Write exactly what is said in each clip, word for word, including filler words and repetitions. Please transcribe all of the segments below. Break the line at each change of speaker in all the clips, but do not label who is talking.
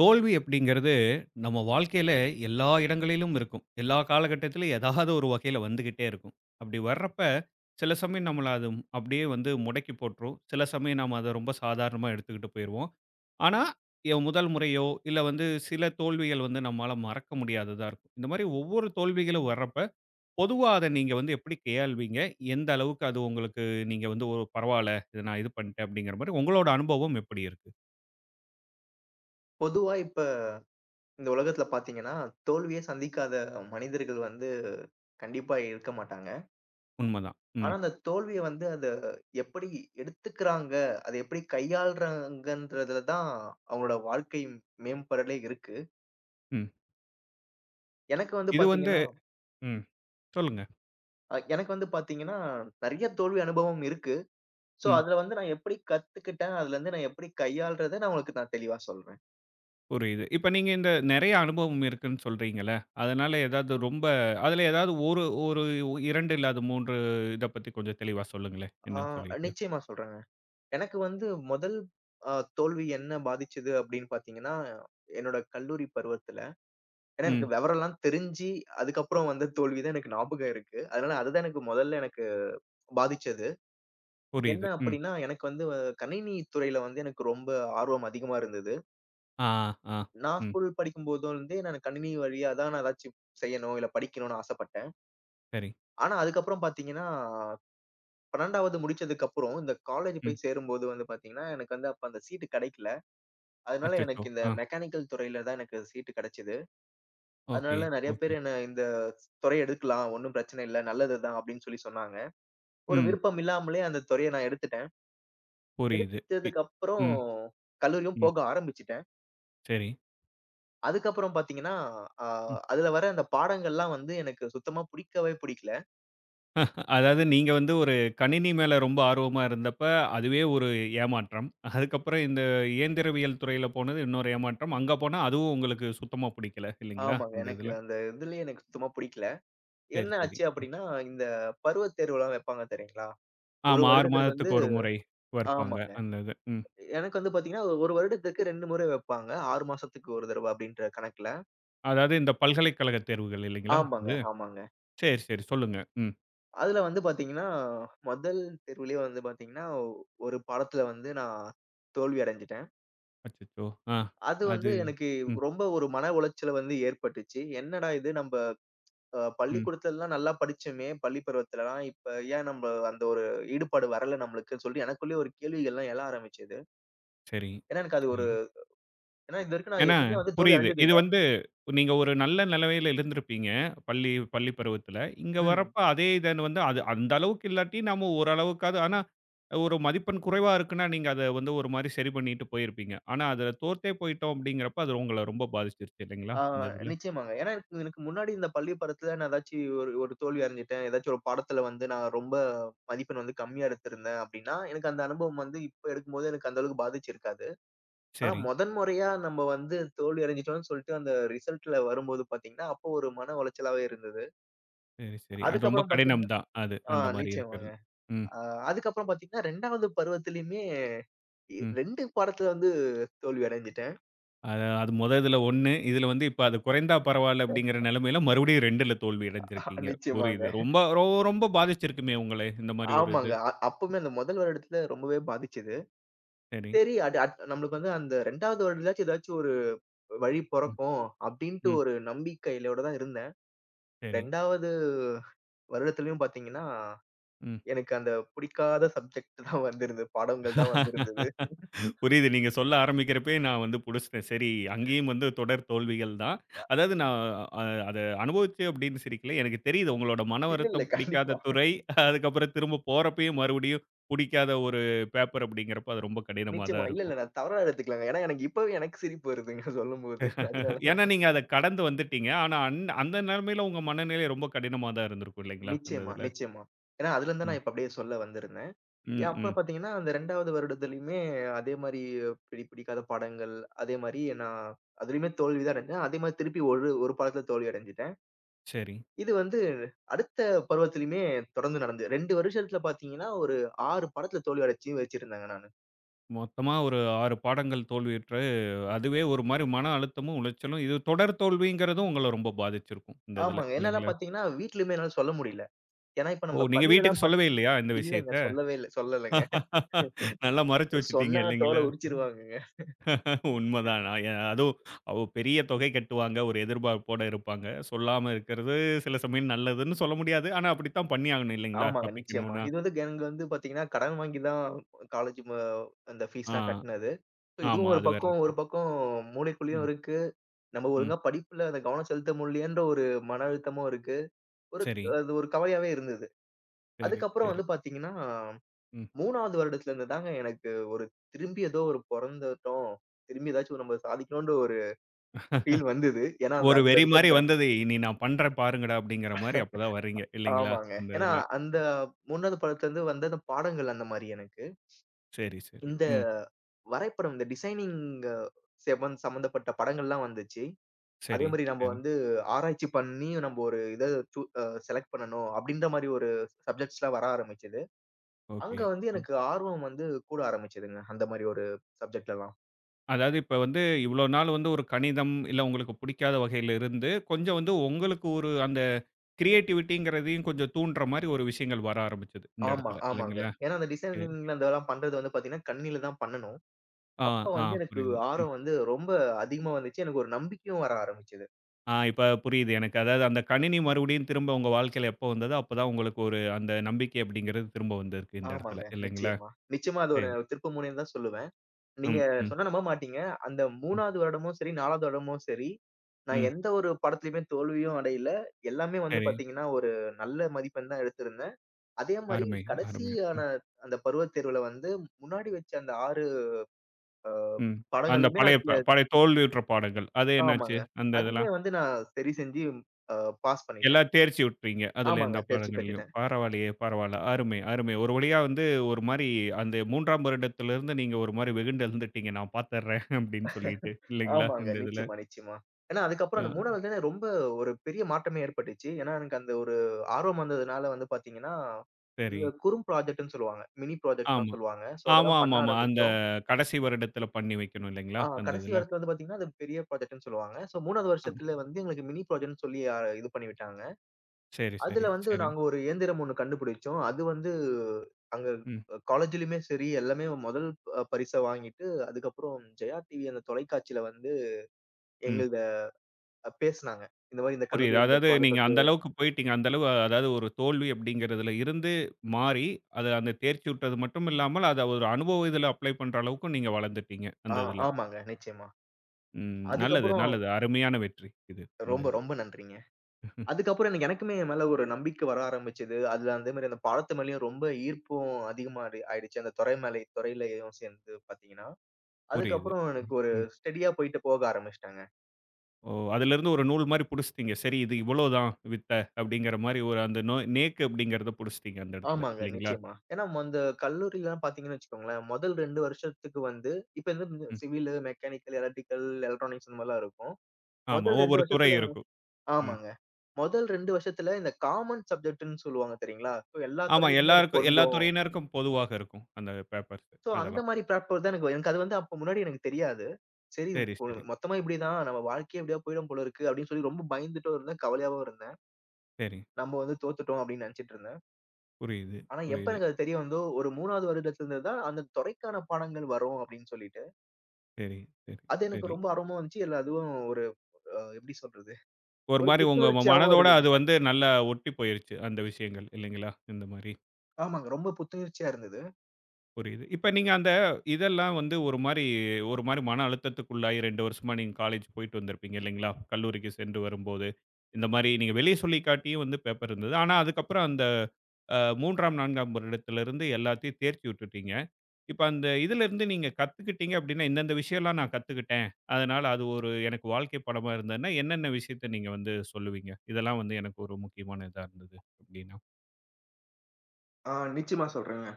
தோல்வி அப்படிங்கிறது நம்ம வாழ்க்கையில எல்லா இடங்களிலும் இருக்கும். எல்லா காலகட்டத்திலும் ஏதாவது ஒரு வகையில வந்துகிட்டே இருக்கும். அப்படி வர்றப்ப, சில சமயம் நம்மள அது அப்படியே வந்து முடக்கி போட்டுரும். சில சமயம் நாம அத ரொம்ப சாதாரணமா எடுத்துக்கிட்டு போயிருவோம். ஆனா, எ முதல் முறையோ இல்ல வந்து சில தோல்விகள் வந்து நம்மால மறக்க முடியாததா இருக்கும். இந்த மாதிரி ஒவ்வொரு தோல்விகளும் வர்றப்ப, பொதுவா அத நீங்க வந்து எப்படி கையாள்வீங்க? எந்த அளவுக்கு அது உங்களுக்கு நீங்க வந்து ஒரு பரவால்ல, இத நான் இது பண்ணிட்டேன் அப்படிங்கிற மாதிரி உங்களோட அனுபவம் எப்படி இருக்கு?
பொதுவா இப்ப இந்த உலகத்துல பாத்தீங்கன்னா, தோல்வியே சந்திக்காத மனிதர்கள் வந்து கண்டிப்பா இருக்க மாட்டாங்க.
உண்மதான். ம்,
ஆனா, அந்த தோல்விய வந்து அத எப்படி எடுத்துக்கிறாங்க, அத எப்படி கையாள்றாங்கன்றதுல தான் அவங்களோட வாழ்க்கை மேம்படலே இருக்கு.
ம்.
எனக்கு வந்து
இது வந்து
பாத்தீங்கன்னா
ம். சொல்லுங்க.
அ எனக்கு வந்து பாத்தீங்கன்னா, நெறைய தோல்வி அனுபவம் இருக்கு. ஸோ,
ம்.
அதுல வந்து நான் எப்படி கத்துக்கிட்டேன், அதுலருந்து நான் எப்படி கையாள்றத நான் உங்களுக்கு நான் தெளிவா சொல்றேன்.
புரியுது. இப்ப நீங்க இந்த நெறைய அனுபவம் இருக்குன்னு சொல்றீங்கல்ல, அதனால ஏதாவது ரொம்ப அதுல ஏதாவது ஒரு ஒரு இரண்டு இல்ல அது மூன்று, இத பத்தி கொஞ்சம் தெளிவா சொல்லுங்களேன்.
ஆ
என்னன்னு சொல்லிட்டு.
நிச்சயமா சொல்றேங்க. எனக்கு வந்து முதல் அ தோல்வி என்ன பாதிச்சது அப்படின்னு பார்த்தீங்கன்னா, என்னோட கல்லூரி பருவத்துல. ஏன்னா
ம்.
எனக்கு விவரம்லாம் தெரிஞ்சு, அதுக்கப்புறம் வந்த தோல்வி தான் எனக்கு ஞாபகம் இருக்கு. அதனால அதுதான் எனக்கு முதல்ல எனக்கு பாதிச்சது. என்ன
புரியுது. ம்.
அப்படின்னா, எனக்கு வந்து அஹ், கணினி துறையில வந்து எனக்கு ரொம்ப ஆர்வம் அதிகமா இருந்தது.
ஆ, ஆ.
நான்
ம்.
ஸ்கூல் படிக்கும்போதும் இருந்தே நான் கணினி வழியா தான் நான் ஏதாச்சும் செய்யணும், இல்ல படிக்கணும்னு ஆசைப்பட்டேன்.
சரி.
ஆனா அதுக்கப்புறம் பார்த்தீங்கன்னா, பன்னிரண்டாவது முடிச்சதுக்கப்புறம் இந்த காலேஜ்
ம்.
போய் சேரும்போது வந்து பார்த்தீங்கன்னா, எனக்கு வந்து அப்ப அந்த சீட்டு கிடைக்கல. அதனால
அச்சச்சோ!
எனக்கு இந்த
ஆ.
மெக்கானிக்கல் துறையில தான் எனக்கு சீட்டு கிடைச்சது.
ஓகே,
அதனால நெறைய
ஓகே.
பேர் என்ன இந்த துறை எடுக்கலாம். ஒண்ணும் பிரச்சனை இல்ல. நல்லது தான் அப்படின்னு சொல்லி சொன்னாங்க. ஒரு
ம்.
விருப்பம் இல்லாமலே அந்த துறைய நான் எடுத்துட்டேன்.
புரியுது. இ
எடுத்ததுக்கப்புறம்
ம்,
கல்லூரியும்
ம்.
போக ஆரம்பிச்சுட்டேன்.
சரி.
அதுக்கப்புறம் பார்த்தீங்கன்னா, அ அதுல வர அந்த பாடங்கள்லாம் வந்து எனக்கு சுத்தமா புடிக்கவே புடிக்கல.
அதாவது நீங்க வந்து ஒரு கணினி மேல ரொம்ப ஆர்வமா இருந்தப்ப, அதுவே ஒரு ஏமாற்றம். அதுக்கப்புறம் இந்த இயந்திரவியல் துறையில போனது இன்னொரு ஏமாற்றம். அங்க போனா அதுவும் உங்களுக்கு சுத்தமா பிடிக்கல இல்லைங்களா?
ஆமாங்க.
இந்த
எனக்கு
இதுல.
அந்த இதுலயே எனக்கு சுத்தமா புடிக்கல. என்ன
சரி, சரி.
ஆச்சு அப்படின்னா, இந்த பருவத் தேர்வுலாம் வைப்பாங்க தெரியுங்களா? ஒரு
ஆமா, ஆறு
வருடத்திற்கு வந்து
மாதத்துக்கு ஒரு முறை வைப்பாங்க.
ஆமாங்க.
அந்த இது. ம்.
எனக்கு வந்து பார்த்தீங்கன்னா, ஒரு வருடத்துக்கு இரண்டு முறை வைப்பாங்க. ஆறு மாசத்துக்கு ஒரு தடவ அப்படின்ற கணக்குல.
அதாவது இந்த பல்கலைக்கழக தேர்வுகள் இல்லைங்களா?
ஆமாங்க,
இது.
ஆமாங்க.
சரி, சரி. சொல்லுங்க. ம்.
அதுல வந்து பார்த்தீங்கன்னா, முதல் தேர்விலேயே வந்து பார்த்தீங்கன்னா, ஒரு பாடத்துல வந்து நான் தோல்வி அடைஞ்சுட்டேன்.
அச்சச்சோ! ஆ.
அது வந்து
அது.
எனக்கு
ம்,
ரொம்ப ஒரு மன உளைச்சல வந்து ஏற்பட்டுச்சு. என்னடா இது நம்ப அ
ம்.
பள்ளிக்கூடத்துலலாம் நல்லா படிச்சோமே, பள்ளி பருவத்துலலாம். இப்ப ஏன் நம்ப அந்த ஒரு ஈடுபாடு வரல நம்மளுக்குன்னு சொல்லி எனக்குள்ளேயே ஒரு கேள்விகள்லாம் எழ ஆரம்பிச்சது.
சரி,
ஏன்னா எனக்கு அது ஒரு
சரிங்க.
ஏன்னா இதுவரைக்கும் நான்
ஏன்னா
எப்பவுமே வந்து தோல்வி
புரியுது.
அடைஞ்சது
இது
இல்ல.
வந்து நீங்க ஒரு நல்ல நிலைமையில இருந்திருப்பீங்க. பள்ளி பள்ளி பருவத்தில. இங்க
ம்.
வரப்ப அதே இத வந்து அது அந்த அளவுக்கு இல்லாட்டி நாம ஓரளவுக்காவது ஆனா, ஒரு மதிப்பெண் குறைவா இருக்குன்னா, நீங்க அத வந்து ஒரு மாரி சரி பண்ணிட்டு போயிருப்பீங்க. ஆனா, அதுல தோத்தே போயிட்டோம் அப்படிங்கிறப்ப, அது உங்கள ரொம்ப பாதிச்சிருச்சு இல்லைங்களா?
ஆ
இந்த இதுல.
நிச்சயமாங்க. ஏன்னா எனக்கு எனக்கு முன்னாடி இந்த பள்ளி பருவத்துல நான் ஏதாச்சும் ஒரு ஒரு தோல்வி அடைஞ்சுட்டேன். ஏதாச்சும் ஒரு பாடத்துல வந்து நான் ரொம்ப மதிப்பெண் வந்து கம்மியா எடுத்திருந்தேன் அப்படின்னா, எனக்கு அந்த அனுபவம் வந்து இப்ப எடுக்கும்போது எனக்கு அந்த அளவுக்கு பாதிச்சிருக்காது. ஆனா
சரி,
முதன் முறையா நம்ம வந்து தோல்வி அடைஞ்சுட்டோம்னு சொல்லிட்டு அந்த ரிசல்ட்ல வரும்போது பாத்தீங்கன்னா, அப்போ ஒரு மன உளைச்சலாவே இருந்தது.
சரி, சரி. அது ரொம்ப
அதுக்கப்புறம்
கடினம்
பாத்தீங்கன்னா
தான். அது
ஆ
அந்த மாரி
நிச்சயமாங்க.
இருக்கிறது. ம்,
அ அதுக்கப்புறம் பாத்தீங்கன்னா இரண்டாவது பருவத்திலயுமே
ம்.
இரண்டு பாடத்துல வந்து தோல்வி அடைஞ்சுட்டேன்.
அது அது மொத இதுல ஒன்று இதுல வந்து இப்ப அது குறைந்தா பரவால்ல அப்படிங்கிற நிலைமையில மறுபடியும் 2ல தோல்வி அடைஞ்சிருக்கீங்க.
நிச்சயமாங்க.
புரியுது. ரொம்ப ரொ ரொம்ப பாதிச்சிருக்குமே உங்கள இந்த மாரி ஒரு இது.
ஆமாங்க. அ அப்பவுமே அந்த முதல் வருடத்துல ரொம்பவே பாதிச்சது.
சரி.
சரி அது அத் நம்மளுக்கு வந்து அந்த இரண்டாவது வருடத்துலயாச்சும் ஏதாச்சும் ஒரு வழி பொறக்கும் அப்டின்ட்டு
ம்.
ஒரு நம்பிக்கையிலோட தான் இருந்தேன்.
சரி.
2வது வருடத்துலயும் பார்த்தீங்கன்னா,
ம்.
எனக்கு அந்த பிடிக்காத சப்ஜெக்ட் தான் வந்திருந்தது. பாடங்கள் தான் வந்திருந்தது.
புரியுது. நீங்க சொல்ல ஆரம்பிக்கிறப்பயே நான் வந்து புடிச்சுட்டேன். சரி, அங்கேயும் வந்து தொடர் தோல்விகள் தான். அதாவது நான் அ அத அனுபவிச்சு அப்படின்னு சிரிக்கல. எனக்கு தெரியுது உங்களோட மன
இல்ல, இல்ல.
வருத்தம்
கண்டிப்பா.
பிடிக்காத துறை. அதுக்கப்புறம் திரும்ப போறப்பயும் மறுபடியும் பிடிக்காத ஒரு பேப்பர் அப்படிங்கிறப்ப அது ரொம்ப கடினமா
நிச்சயமா.
தான்
இல்ல, இல்ல.
இருக்கும்.
நான் தவறா எடுத்துக்கலங்க. ஏன்னா எனக்கு இப்பவே எனக்கு சிரிப்பு வருதுங்க சொல்லும்போது. அதனால
ஏன்னா
தான்.
நீங்க அத கடந்து வந்துட்டீங்க. ஆனா அந் அந்த நிலைமையில உங்க மனநிலை ரொம்ப கடினமா தான் இருந்திருக்கும் இல்லைங்களா? அந்த
நிச்சயமா,
இதுல.
நிச்சயமா. ஏன்னா அதுலருந்து தான்
ம்.
நான் இப்ப அப்டியே சொல்ல வந்திருந்தேன். ஏன்
ம்,
அப்புறம்
ம்.
பார்த்தீங்கன்னா, அந்த 2வது வருடத்திலயுமே அதே மாரி பிடி பிடிக்காத படங்கள், அதே மாரி நான் அதிலயுமே தோல்வி தான் அடைஞ்சேன். அதே மாரி திருப்பி ஒரு ஒரு படத்துல தோல்வி அடைஞ்சுட்டேன்.
சரி.
இது வந்து அடுத்த பருவத்திலயுமே தொடர்ந்து நடந்தது. இரண்டு வருஷத்துல பார்த்தீங்கன்னா, ஒரு ஆறு படத்துல தோல்வி அடைச்சு வச்சிருந்தேங்க நானு.
மொத்தமா ஒரு ஆறு பாடங்கள் தோல்வியுற்று, அதுவே ஒரு மாரி மன அழுத்தமும், உளைச்சலும் இது தொடர் தோல்விங்கிறதும் உங்கள ரொம்ப பாதிச்சிருக்கும். இந்த இதுல
ஆமாங்க. என்னலாம்
இல்லைங்களா?
பார்த்தீங்கன்னா, வீட்லயுமே என்னால சொல்ல முடியல. ஏன்னா, இப்ப
ஓ!
நம்ம
நீங்க வீட்டுக்கு
பள்ளியிலலாம் பாத்
சொல்லவே இல்லையா இந்த
இல்லைங்க.
விஷயத்த?
சொல்லவே இல்ல. சொல்லலைங்க.
நல்லா மறைச்சு வச்சுட்டீங்க
சொன்னா
இல்லைங்களா?
தோல உரிச்சிருவாங்கங்க.
உண்மதான். நான் எ அதுவும் அவ பெரிய தொகை கட்டுவாங்க. ஒரு எதிர்பார்ப்போட இருப்பாங்க. சொல்லாம இருக்கிறது சில சமயம் நல்லதுன்னு சொல்ல முடியாது. ஆனா அப்படித்தான் பண்ணியாகணும் இல்லைங்களா?
ஆமாங்க. நிச்சயமா.
தப்பிக்கணும்னா.
இது வந்து எனக்கு வந்து பார்த்தீங்கன்னா, கடன் வாங்கி தான் காலேஜ் ம அந்த ஃபீஸ்லாம்
ஆ,
கட்டுனது. ஸோ
ஆமா.
இதுவும் ஒரு
அது வேற
பக்கம்
இருக்கு.
ஒரு பக்கம் மூளைக்குள்ளேயும்
ம்,
இருக்கு. நம்ம
ம்.
ஒழுங்கா படிப்புல அந்த கவனம் செலுத்த முடியலையேன்ற ஒரு மன அழுத்தமும் இருக்கு. ஒரு
சரி,
அது ஒரு கவலையாவே இருந்தது.
சரி,
அதுக்கப்புறம்
சரி.
வந்து பார்த்தீங்கன்னா,
ம்.
3வது வருடத்துல இருந்து தாங்க எனக்கு ஒரு திரும்பி ஏதோ ஒரு பொறந்துட்டோம். திரும்பி ஏதாச்சும் நம்ம சாதிக்கணும்ன்ற ஒரு ஃபீல் வந்தது. ஏன்னா அந்த
ஒரு
அங்க
வெறி
இருக்க
மாரி
அந்த
வந்தது. "இனி நான் பண்றேன் பாருங்கடா" அப்படிங்கிற மாரி அப்பதான் வர்றீங்க இல்லைங்களா?
ஆமாங்க.
இந்த
ஏன்னா
இதுல.
அந்த மூன்றாவது படத்துலருந்து வந்த அந்த பாடங்கள் அந்த மாரி எனக்கு.
சரி, சரி. ம்.
வரைபடம், இந்த டிசைனிங் செவன் சம்மந்தப்பட்ட படங்கள்லாம் வந்துச்சு. அதே
சரி.
மாரி நம்ம
சரி.
வந்து ஆராய்ச்சி பண்ணி நம்ம ஒரு இத சூ அ செலக்ட் பண்ணணும் அப்படின்ற மாரி ஒரு சப்ஜெக்ட்ஸ்லாம் வர ஆரம்பிச்சது.
ஓகே.
அங்க வந்து
ஒ
எனக்கு ஆர்வம் வந்து கூட ஆரம்பிச்சதுங்க. அந்த மாரி ஒரு சப்ஜெக்ட்லலாம்.
அதாவது இப்ப வந்து இவ்வளோ நாள் வந்து ஒரு கணிதம், இல்ல உங்களுக்கு பிடிக்காத வகையில இருந்து, கொஞ்சம் வந்து உங்களுக்கு ஒரு அந்த கிரியேட்டிவிட்டிங்கிறதையும் கொஞ்சம் தூண்டுற மாரி ஒரு விஷயங்கள் வர ஆரம்பிச்சது இந்த
ஆமா,
இடத்துல
ஆமாங்க.
இல்லைங்களா?
ஏன்னா அந்த
எ
டிசைனிங்ல அதெல்லாம் பண்றது வந்து பார்த்தீங்கன்னா, கணினில தான் பண்ணணும்.
ஆ,
அப்ப
ஆ
வந்து எனக்கு
புரியுது. ம்.
ஆர்வம் வந்து ரொம்ப அதிகமா வந்துச்சு. எனக்கு ஒரு நம்பிக்கையும் வர ஆரம்பிச்சது.
ஆ இப்ப புரியுது எனக்கு. அதாவது அந்த கணினி மறுபடியும் திரும்ப உங்க வாழ்க்கையில எப்போ வந்ததோ, அப்பதான் உங்களுக்கு ஒரு அந்த நம்பிக்கை அப்படிங்கிறது திரும்ப வந்திருக்கு இந்த இடத்துல
ஆமாங்க.
இல்லைங்களா?
நிச்சயமா. நிச்சயமா அது
சரி.
ஒரு திருப்புமுனைன்னு தான் சொல்லுவேன். நீங்க
ம், ம்.
சொன்னா நம்ப மாட்டீங்க. அந்த 3வது வருடமும் சரி, நான்காவது வருடமும் சரி, நான்
ம்.
எந்த ஒரு படத்துலயுமே தோல்வியும் அடையல. எல்லாமே வந்து
சரி.
பாத்தீங்கன்னா, ஒரு நல்ல மதிப்பெண் தான் எடுத்திருந்தேன். அதே மாரி
அருமை, அருமை.
கடைசியான
ம்,
அந்த பருவத் தேர்வுல வந்து முன்னாடி வச்ச அந்த ஆறு அ
ம். அந்த
படங்களையுமே
பழைய
நான்
ப
க்ளியர்
பழைய தோல்வியுற்ற பாடங்கள். அது என்னாச்சு?
ஆமாங்க.
அந்த
அதுவுமே
இதெல்லாம்.
வந்து நான் சரி செஞ்சு அ பாஸ் பண்ணிட்டேன்.
எல்லாம் தேர்ச்சி விட்டுறீங்க. அதுல எந்த
ஆமாங்க. தேர்ச்சி
பாடங்கள்லயும்.
பெற்றுட்டேன்.
பரவாயில்லையே! பரவால்ல. அருமை, அருமை. ஒரு வழியா வந்து ஒரு மாரி அந்த 3ஆம் வருடத்திலிருந்து நீங்க ஒரு மாரி வெகுண்டு எழுந்துட்டீங்க. நான் பாத்துர்றேன் அப்டின்னு சொல்லிட்டு. இல்லைங்களா?
ஆமாங்க.
இந்த இதுல.
நிச்சயமா, நிச்சயமா. ஏன்னா அதுக்கப்புறம்
அ
அந்த 3வது தானே ரொம்ப ஒரு பெரிய மாற்றமே ஏற்பட்டுச்சு. ஏன்னா எனக்கு அந்த ஒரு ஆர்வம் வந்ததுனால வந்து பார்த்தீங்கன்னா,
சரி.
இந்த குறும் ப்ராஜெக்ட்ன்னு சொல்லுவாங்க. மினி ப்ராஜெக்ட்லாம்
ஆமா.
சொல்லுவாங்க. ஸோ
ஆமா,
அதெல்லாம் பண்ண
ஆமாமா. அந்த
ஆரம்பிச்சோம்.
கடைசி வருடத்துல பண்ணி வைக்கணும் இல்லைங்களா?
ஆ
அந்த
கடைசி
இதுல.
வருடத்துல வந்து பார்த்தீங்கன்னா, அது பெரிய ப்ராஜெக்ட்ன்னு சொல்லுவாங்க. ஸோ மூன்றாவது
அ
வருஷத்துல வந்து எங்களுக்கு மினி ப்ராஜெக்ட்ன்னு சொல்லி அ இது பண்ணி விட்டாங்க.
சரி, சரி,
அதுல வந்து
சரி.
நாங்க ஒரு இயந்திரம் ஒண்ணு கண்டுபிடிச்சோம். அது வந்து அங்க
ம்,
காலேஜ்லயுமே சரி, எல்லாமே முதல் அ பரிசா வாங்கிட்டு, அதுக்கப்புறம் ஜெயா டிவி அந்த தொலைக்காட்சியில வந்து
ம்.
எங்களுது அ பேசுனாங்க. இந்த மாரி இந்த
புரியுது.
கல்லூரி இந்த
அதாவது
ப்ராஜெக்ட்
நீங்க
வந்து
அந்த அளவுக்கு போயிட்டீங்க. அந்த அளவு அதாவது ஒரு தோல்வி அப்படிங்கிறதுல இருந்து மாறி, அது அந்த தேர்ச்சியுற்றது மட்டும் இல்லாமல், அத ஒரு அனுபவ இதில அப்ளை பண்ற அளவுக்கும் நீங்க வளர்ந்துட்டீங்க, அந்த
ஆ
இதில.
ஆமாங்க. நிச்சயமா.
ம். நல்லது,
அதுக்கப்புறம்
நல்லது. அருமையான வெற்றி இது. இந்த
ரொம்ப,
இது.
ரொம்ப நன்றிங்க. அதுக்கப்புறம் எனக்கு எனக்குமே என் மேல ஒரு நம்பிக்கை வர ஆரம்பிச்சது. அதுல அந்த மாரி அந்த பாடத்து மேலயும் ரொம்ப ஈர்ப்பும் அதிகமா ஆயி ஆயிடுச்சு. அந்த துறை மேல துறையிலயும் சேர்ந்து பார்த்தீங்கன்னா.
புரியுது.
அதுக்கப்புறம்
ம்.
எனக்கு ஒரு
ம்.
ஸ்டடியா போயிட்டு போக ஆரம்பிச்சுட்டேங்க.
ஓ! அதிலிருந்து ஒரு நூல் மாரி புடிச்சுட்டீங்க. சரி இது இவ்வளோதான் வித்த அப்படிங்கிற மாரி ஒரு அந்த நோ நேக்கு அப்படிங்கிறத புடிச்சுட்டீங்க அந்த இடத்துல.
ஆமாங்க.
இல்லைங்களா?
நிச்சயமா. ஏன்னா அந்த கல்லூரிலாம் பார்த்தீங்கன்னு வச்சுக்கோங்களேன், முதல் இரண்டு வருஷத்துக்கு வந்து இப்ப வந்து
ம்.
சிவில், மெக்கானிக்கல், எலக்ட்ரிக்கல், எலக்ட்ரானிக்ஸ் இந்த மாரிலாம் இருக்கும்.
ஆமா.
முதல் இரண்டு
ஒவ்வொரு துறை
வருஷத்துல
இருக்கும். ம்.
ஆமாங்க. முதல் இரண்டு வருஷத்துல இந்த காமன் சப்ஜெக்ட்ன்னு சொல்லுவாங்க தெரியுங்களா? சோ எல்லா
ஆமா
துறையிலுமே அது
எல்லாருக்கும் எல்லா
பொருந்தும்.
துறையினருக்கும் பொதுவாக இருக்கும். அந்த பேப்பர்ஸ்
சோ அந்த
அதெல்லாம்.
மாரி பிளாட்ஃபார்ம் தான் எனக்கு எனக்கு அது வந்து அப்ப முன்னாடி எனக்கு தெரியாது. சரி
சரி,
பொ
சரி,
மொத்தமா இப்படிதான் நம்ம வாழ்க்கையே இப்படியா போயிடும் போல இருக்கு அப்படின்னு சொல்லி ரொம்ப பயந்துட்டும் இருந்தேன். கவலையாவும் இருந்தேன்.
சரி.
நம்ம வந்து தோத்துட்டோம் அப்படின்னு நினைச்சுட்டு இருந்தேன்.
புரியுது,
ஆனா எப்ப
புரியுது.
எனக்கு அது தெரிய வந்தோ, ஒரு மூன்றாவது வருடத்துல இருந்து தான் அந்த துறைக்கான பாடங்கள் வரும் அப்படின்னு சொல்லிட்டு,
சரி, சரி,
அது எனக்கு
சரி.
ரொம்ப ஆர்வமா இருந்துச்சு. எல்லா அதுவும் ஒரு அ எப்படி சொல்றது?
ஒரு
ஒரு
மாரி உங்க ம
புத்துணர்ச்சியாவும்
மனதோட அது
இருந்ததுங்க.
வந்து நல்லா ஒட்டி போயிருச்சு, அந்த விஷயங்கள் இல்லைங்களா? இந்த மாரி.
ஆமாங்க. ரொம்ப புத்துணர்ச்சியா இருந்தது.
புரியுது. இப்ப நீங்க அந்த இதெல்லாம் வந்து ஒரு மாரி ஒரு மாரி மன அழுத்தத்துக்குள்ளாகி இரண்டு வருஷமா நீங்க காலேஜ் போயிட்டு வந்திருப்பீங்க இல்லைங்களா? கல்லூரிக்கு சென்று வரும்போது. இந்த மாரி நீங்க வெளிய சொல்லிக்காட்டியும் வந்து பேப்பர் இருந்தது. ஆனா அதுக்கப்புறம் அந்த அ 3ஆம், 4ஆம் வருடத்திலிருந்து எல்லாத்தையும் தேர்ச்சி விட்டுட்டீங்க. இப்ப அந்த இதிலிருந்து நீங்க கத்துக்கிட்டீங்க அப்டின்னா, "இந்தந்த விஷயம்லாம் நான் கத்துக்கிட்டேன். அதனால அது ஒரு எனக்கு வாழ்க்கை பாடமா இருந்ததுன்னா" என்னென்ன விஷயத்த நீங்க வந்து சொல்லுவீங்க? இதெல்லாம் வந்து எனக்கு ஒரு முக்கியமான இதா இருந்தது அப்டின்னா.
ஆ நிச்சயமா சொல்றேங்க.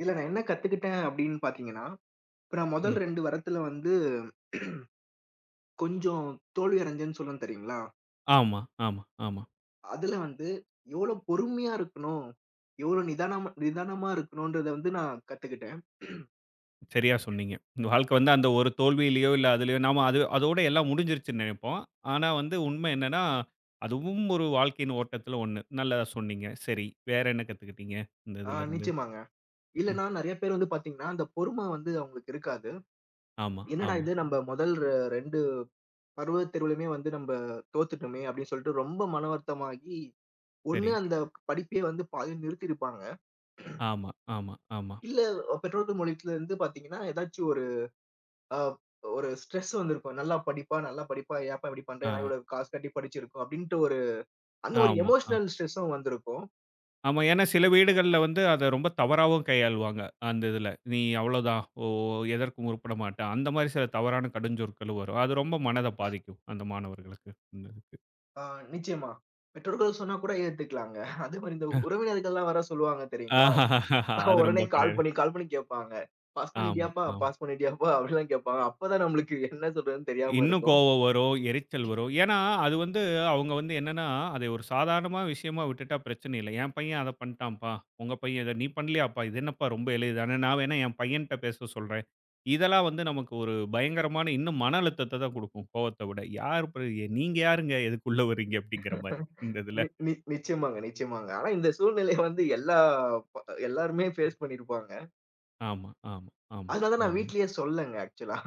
இதுல நான் என்ன கத்துக்கிட்டேன் அப்படின்னு பார்த்தீங்கன்னா, இப்ப நான் முதல்
ம்.
இரண்டு வாரத்துல வந்து கொஞ்சம் தோல்வி அடைஞ்சேன்னு சொல்லுவேன் தெரியுங்களா?
ஆமா, ஆமா, ஆமா.
அதுல வந்து எவ்வளோ பொறுமையா இருக்கணும், எவ்வளோ நிதானமா நிதானமா இருக்கணும்ன்றத வந்து நான் கத்துக்கிட்டேன்.
சரியா சொன்னீங்க. இந்த வாழ்க்கை வந்து அந்த ஒரு தோல்வியிலயோ, இல்ல அதுலயோ நாம அது அதோட எல்லாம் முடிஞ்சிருச்சுன்னு நெனைப்போம். ஆனா வந்து உண்மை என்னன்னா, அதுவும் ஒரு வாழ்க்கையின் ஓட்டத்துல ஒண்ணு. நல்லதா சொன்னீங்க. சரி, வேற என்ன கத்துக்கிட்டீங்க? இந்த
ஆ
இதுலருந்து?
நிச்சயமாங்க.
ம்.
இல்லன்னா நெறைய பேர் வந்து பார்த்தீங்கன்னா, அந்த பொறும வந்து அவங்களுக்கு இருக்காது.
ஆமா,
என்னடா
ஆமா.
இது நம்ம முதல் ரெ இரண்டு பருவத் தேர்விலுமே வந்து நம்ம தோத்துட்டோமே அப்படின்னு சொல்லிட்டு ரொம்ப மன வருத்தமாகி,
சரி.
ஒண்ணு அந்த படிப்பையே வந்து பாதியில நிறுத்தியிருப்பாங்க.
ஆமா, ஆமா, ஆமா.
இல்ல பெற்றோர்கள் மூலியத்திலிருந்து பார்த்தீங்கன்னா, ஏதாச்சும் ஒரு அ ஒரு ஸ்ட்ரெஸ் வந்திருக்கும். நல்லா படிப்பா, நல்லா படிப்பா, ஏன்ப்பா இப்படி பண்ற?
ஆ,
ஏன்னா இவ்வளோ காசு கட்டி படிச்சிருக்கோம் அப்படின்ட்டு ஒரு அந்த ஒரு
ஆமா, ஆமா.
எமோஷனல் ஸ்ட்ரெஸ்ஸும் வந்திருக்கும்.
ஆமா. ஏன்னா சில வீடுகள்ல வந்து அத ரொம்ப தவறாவும் கையாளுவாங்க. அந்த இதுல. "நீ அவ்வளோதான். ஓ, எதற்கும் உருப்பட மாட்ட." அந்த மாரி சில தவறான கடுஞ்சொற்களும் வரும். அது ரொம்ப மனத பாதிக்கும். அந்த மாணவர்களுக்கு. அந்த இது.
அ நிச்சயமா. பெற்றோர்கள் சொன்னா கூட ஏத்துக்கலாங்க. அதே மாரி இந்த உறவினர்கள்லாம் வேற சொல்லுவாங்க தெரியுங்களா?
ஆஹ் அது ரொம்ப
உடனே கால் பண்ணி, கால் பண்ணி கேட்பாங்க. "பாஸ்
ஆமா,
பண்ணிட்டியாப்பா?
ஆமா.
பாஸ் பண்ணிட்டியாப்பா?" அப்படிலாம் கேட்பாங்க. அப்பதான் நம்மளுக்கு என்ன சொல்றதுன்னு தெரியாம
இன்னும்
இருக்கும்.
கோவம் வரும், எரிச்சல் வரும். ஏன்னா, அது வந்து அவங்க வந்து என்னன்னா, அதை ஒரு சாதாரணமா விஷயமா விட்டுட்டா பிரச்சனை இல்ல. என் பையன் அத பண்ணிட்டான்ப்பா. உங்க பையன் இத நீ பண்ணலையாப்பா? இது என்னப்பா ரொம்ப எளிதான நான் வேணா என் பையன்ட்ட பேச சொல்றேன். இதெல்லாம் வந்து நமக்கு ஒரு பயங்கரமான இன்னும் மன அழுத்தத்த தான் குடுக்கும், கோவத்த விட. யார் இப்ப நீங்க யாருங்க? எதுக்கு உள்ள வர்றீங்க? அப்படிங்கிற மாரி, இந்த இதுல.
நி நி நிச்சயமாங்க, நிச்சயமாங்க. ஆனா இந்த சூழ்நிலைய வந்து எல்லா ப எல்லாருமே ஃபேஸ் பண்ணியிருப்பாங்க.
ஆமா, ஆமா, ஆமா,
அதனால தான் நான்
ஆமா.
வீட்லயே சொல்லலைங்க ஆக்சுவலா.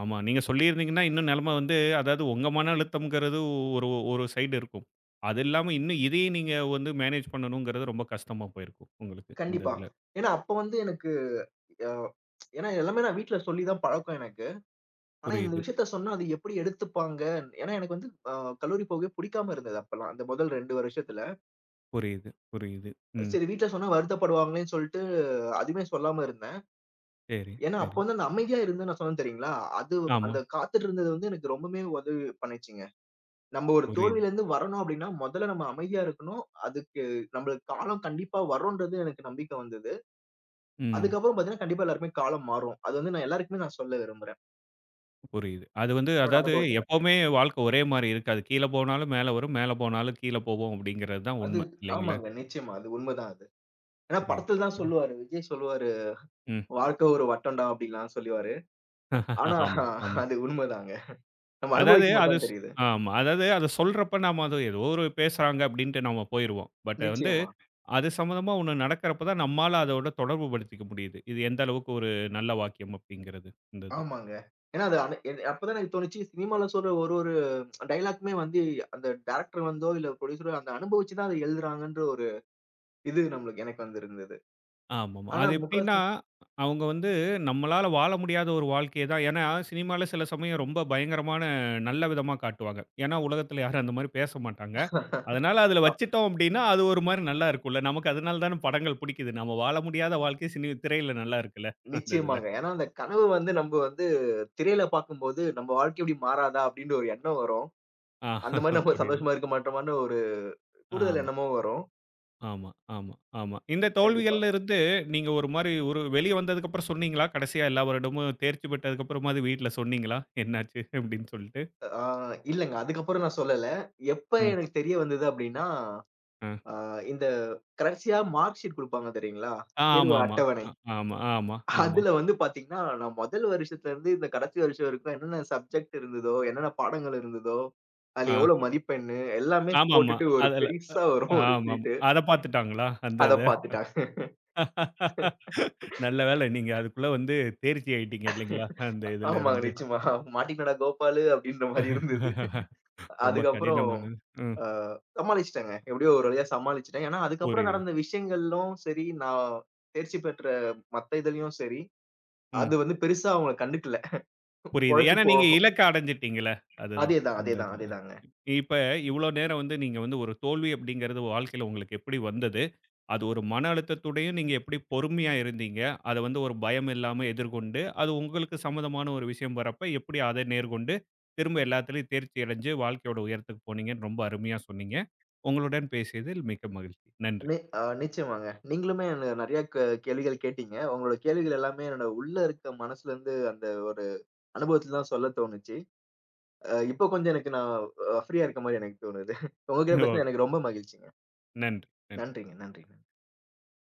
ஆமா. நீங்க சொல்லியிருந்தீங்கன்னா, இன்னும் நெலம வந்து அதாவது உங்க மன அழுத்தம்ங்கிறது ஒரு ஒரு சைடு இருக்கும். அது இல்லாம இன்னும் இதையும் நீங்க வந்து மேனேஜ் பண்ணணுங்கிறது ரொம்ப கஷ்டமா போயிருக்கும் உங்களுக்கு. இந்த
கண்டிப்பா.
இதுல.
ஏன்னா, அப்ப வந்து எனக்கு அ ஏன்னா எல்லாமே நான் வீட்ல சொல்லி தான் பழக்கம் எனக்கு. ஆனா இந்த
புரியுது,
விஷயத்த சொன்னா அது எப்படி எடுத்துப்பாங்க? ஏன்னா எனக்கு வந்து அ கல்லூரி போகவே புடிக்காம இருந்தது அப்பலாம். அந்த முதல் இரண்டு வருஷத்துல.
புரியுது, புரியுது. ம்.
சரி வீட்ல சொன்னா வருத்தப்படுவாங்களேன்னு சொல்லிட்டு அஹ், அதுவுமே சொல்லாம இருந்தேன்.
சரி,
ஏன்னா அப்ப
சரி.
வந்து அந்த அமைதியா இருந்து நான் சொன்னேன் தெரியுங்களா? அது
ஆமா.
அந்த காத்துட்டு இருந்தது வந்து எனக்கு ரொம்பவுமே உதவி பண்ணுச்சுங்க. நம்ம ஒரு
புரியுது.
தோல்வியிலேருந்து வரணும் அப்படின்னா, முதல்ல நம்ம அமைதியா இருக்கணும். அதுக்கு நம்மளுக்கு காலம் கண்டிப்பா வரும்ன்றது எனக்கு நம்பிக்கை வந்தது.
ம்.
அதுக்கப்புறம் பார்த்தீங்கன்னா, கண்டிப்பா எல்லாருக்குமே காலம் மாறும். அது வந்து நான் எல்லாருக்குமே நான் சொல்ல விரும்புறேன்.
புரியுது. அது வந்து
என்னோட
அதாவது
அனுபவத்துல.
எப்பவுமே வாழ்க்கை ஒரே மாரி இருக்காது. கீழ போனாலும் மேல வரும், மேல போனாலும் கீழ போகும் அப்படிங்கிறது தான்
அது
உண்ம. இல்லைங்களா?
ஆமாங்க. நிச்சயமா. அது உண்மதான் அது. ஏன்னா
புரியுது,
படத்துல தான்
புரியுது.
சொல்லுவாரு. விஜய் சொல்லுவாரு,
ம்.
"வாழ்க்கை ஒரு வட்டம்டா" அப்படின்லாம் சொல்லுவாரு. ஆனா
ஆமா, ஆமா.
அது உண்மதாங்க. நம்ம
அதாவது
அனுபவிக்கும்போது
அது
தான்
ஸ்
தெரியுது.
ஆமா. அதாவது அத சொல்றப்ப நாம அது ஏதோ ஒரு பேசுறாங்க அப்டின்ட்டு நாம போயிருவோம். பட் வந்து
நிச்சயமா.
அது சம்மந்தமா ஒண்ணு நடக்கிறப்ப தான் நம்மால அதோட தொடர்பு படுத்திக்க முடியுது. இது எந்த அளவுக்கு ஒரு நல்ல வாக்கியம் அப்டிங்கிறது இந்த இது.
ஆமாங்க. ஏன்னா அது அனு என் அப்பதான் எனக்கு தோணுச்சு, சினிமால சொல்ற ஒரு ஒரு டயலாக்குமே வந்து அந்த டைரக்டர் வந்தோ, இல்ல ப்ரொடியூசரோ அந்த அனுபவிச்சு தான் அத எழுதுறாங்கன்ற ஒரு இது நம்மளுக்கு எனக்கு வந்து இருந்தது.
ஆமாமா.
ஆனா
அது எப்டின்னா,
முக்காவாசி
அவங்க வந்து நம்மளால வாழ முடியாத ஒரு வாழ்க்கைய தான் ஏன்னா சினிமால சில சமயம் ரொம்ப பயங்கரமான நல்ல விதமா காட்டுவாங்க. ஏன்னா உலகத்துல யாரும் அந்த மாரி பேச மாட்டாங்க. அதனால அதுல வச்சுட்டோம் அப்டின்னா, அது ஒரு மாரி நல்லா இருக்கும்ல. நமக்கு அதனால தான படங்கள் புடிக்குது. நம்ம வாழ முடியாத வாழ்க்கை சினி திரையில நல்லா இருக்குல்ல. அந்த இதுல.
நிச்சயமாங்க. ஏன்னா, அந்த கனவு வந்து நம்ம வந்து திரையில பார்க்கும்போது, நம்ம வாழ்க்கை இப்படி மாறாதா? அப்படின்னு ஒரு எண்ணம் வரும்.
ஆ
அந்த மாரி நம்ம
புரியுது.
சந்தோஷமா இருக்க மாட்டோமான்னு ஒரு கூடுதல்
ஆமா,
எண்ணமும் வரும்.
ஆமா, ஆமா, ஆமா. இந்த
கண்டிப்பா.
தோல்விகள்ல இருந்து நீங்க ஒரு மாரி ஒரு வெளிய வந்ததுக்கப்புறம் சொன்னீங்களா? கடைசியா எல்லா வருடமும் தேர்ச்சி பெற்றதுக்கு அப்புறமாவது வீட்ல சொன்னீங்களா? என்னாச்சு அப்படின்னு சொல்லிட்டு?
ஆ இல்லங்க. அதுக்கப்புறம் நான் சொல்லல. எப்ப
ம்.
எனக்கு தெரிய வந்தது அப்படின்னா,
அ.
ஆ இந்த கடைசியா மார்க் ஷீட் குடுப்பாங்க தெரியுங்களா? தேர்வு
ஆமாமா.
அட்டவணை.
அ ஆமா, ஆமா, ஆமா.
அதுல வந்து பார்த்தீங்கன்னா, நான் முதல் வருஷத்துல இருந்து இந்த கடைசி வருஷம் வரைக்கும் என்னென்ன சப்ஜெக்ட் இருந்ததோ, என்னென்ன பாடங்கள் இருந்ததோ, அதுல
ஆ.
எவ்வளோ மதிப்பெண்ணு எல்லாமே
ஆமாமா.
போட்டுட்டு ஒரு
அதுல
பெருசா வரும் ஒரு
ஆமாமா.
ஷீட்.
அத பார்த்துட்டாங்களா? அந்த
அத
இத.
பாத்துட்டாங்க.
நல்ல வேளை நீங்க அதுக்குள்ள வந்து தேர்ச்சி ஆயிட்டீங்க இல்லைங்களா? அந்த இதுல
ஆமாங்க.
இருந்து.
நிச்சயமா. மாட்டிக்கினடா கோபாலு! அப்டின்ற மாரி இருந்தது.
ரொம்ப
அதுக்கப்புறம்
கடினமானது. ம்.
அ சமாளிச்சுட்டேங்க. எப்படியோ ஒரு வழியா சமாளிச்சுட்டேன். ஏன்னா, அதுக்கப்புறம்
புரியுது.
நடந்த விஷயங்களும் சரி, நான் தேர்ச்சி பெற்ற மத்த இதுலயும் சரி, அது
ம்.
வந்து பெருசா அவங்கள கண்டுக்கல.
புரியுது.
பொழச்சு
ஏன்னா
போ
நீங்க இலக்க அடைஞ்சிட்டீங்கல்ல. அதுதான்.
அதேதான்,
அந்த
அதேதான்,
இதுல.
அதேதாங்க.
இப்ப இவ்ளோ நேரம் வந்து நீங்க வந்து ஒரு தோல்வி அப்படிங்கிறது வாழ்க்கையில உங்களுக்கு எப்படி வந்தது? அது ஒரு மன அழுத்தத்துடையும் நீங்க எப்படி பொறுமையா இருந்தீங்க? அத வந்து ஒரு பயம் இல்லாம எதிர்கொண்டு, அது உங்களுக்கு சம்மதமான ஒரு விஷயம் வரப்ப எப்படி அத நேர்கொண்டு, திரும்ப எல்லாத்துலயும் தேர்ச்சி அடைஞ்சு வாழ்க்கையோட உயரத்துக்கு போனீங்கன்னு ரொம்ப அருமையா சொன்னீங்க. உங்களுடன் பேசியதில் மிக்க மகிழ்ச்சி. நன்றி.
நி அ நிச்சயமாங்க. நீங்களுமே என்ன நெறைய க கேள்விகள் கேட்டீங்க. உங்களோட கேள்விகள் எல்லாமே என்னோட உள்ள இருக்க மனசுலருந்து அந்த ஒரு அனுபவத்துல தான் சொல்ல தோணுச்சு. அ இப்போ கொஞ்சம் எனக்கு நான் அ ஃப்ரீயா இருக்க மாரி எனக்கு தோணுது. உங்ககிட்ட
ஓகே.
பேசுனது எனக்கு ரொம்ப மகிழ்ச்சிங்க.
நன்றி. நன்றி.
நன்றிங்க, நன்றிங்க.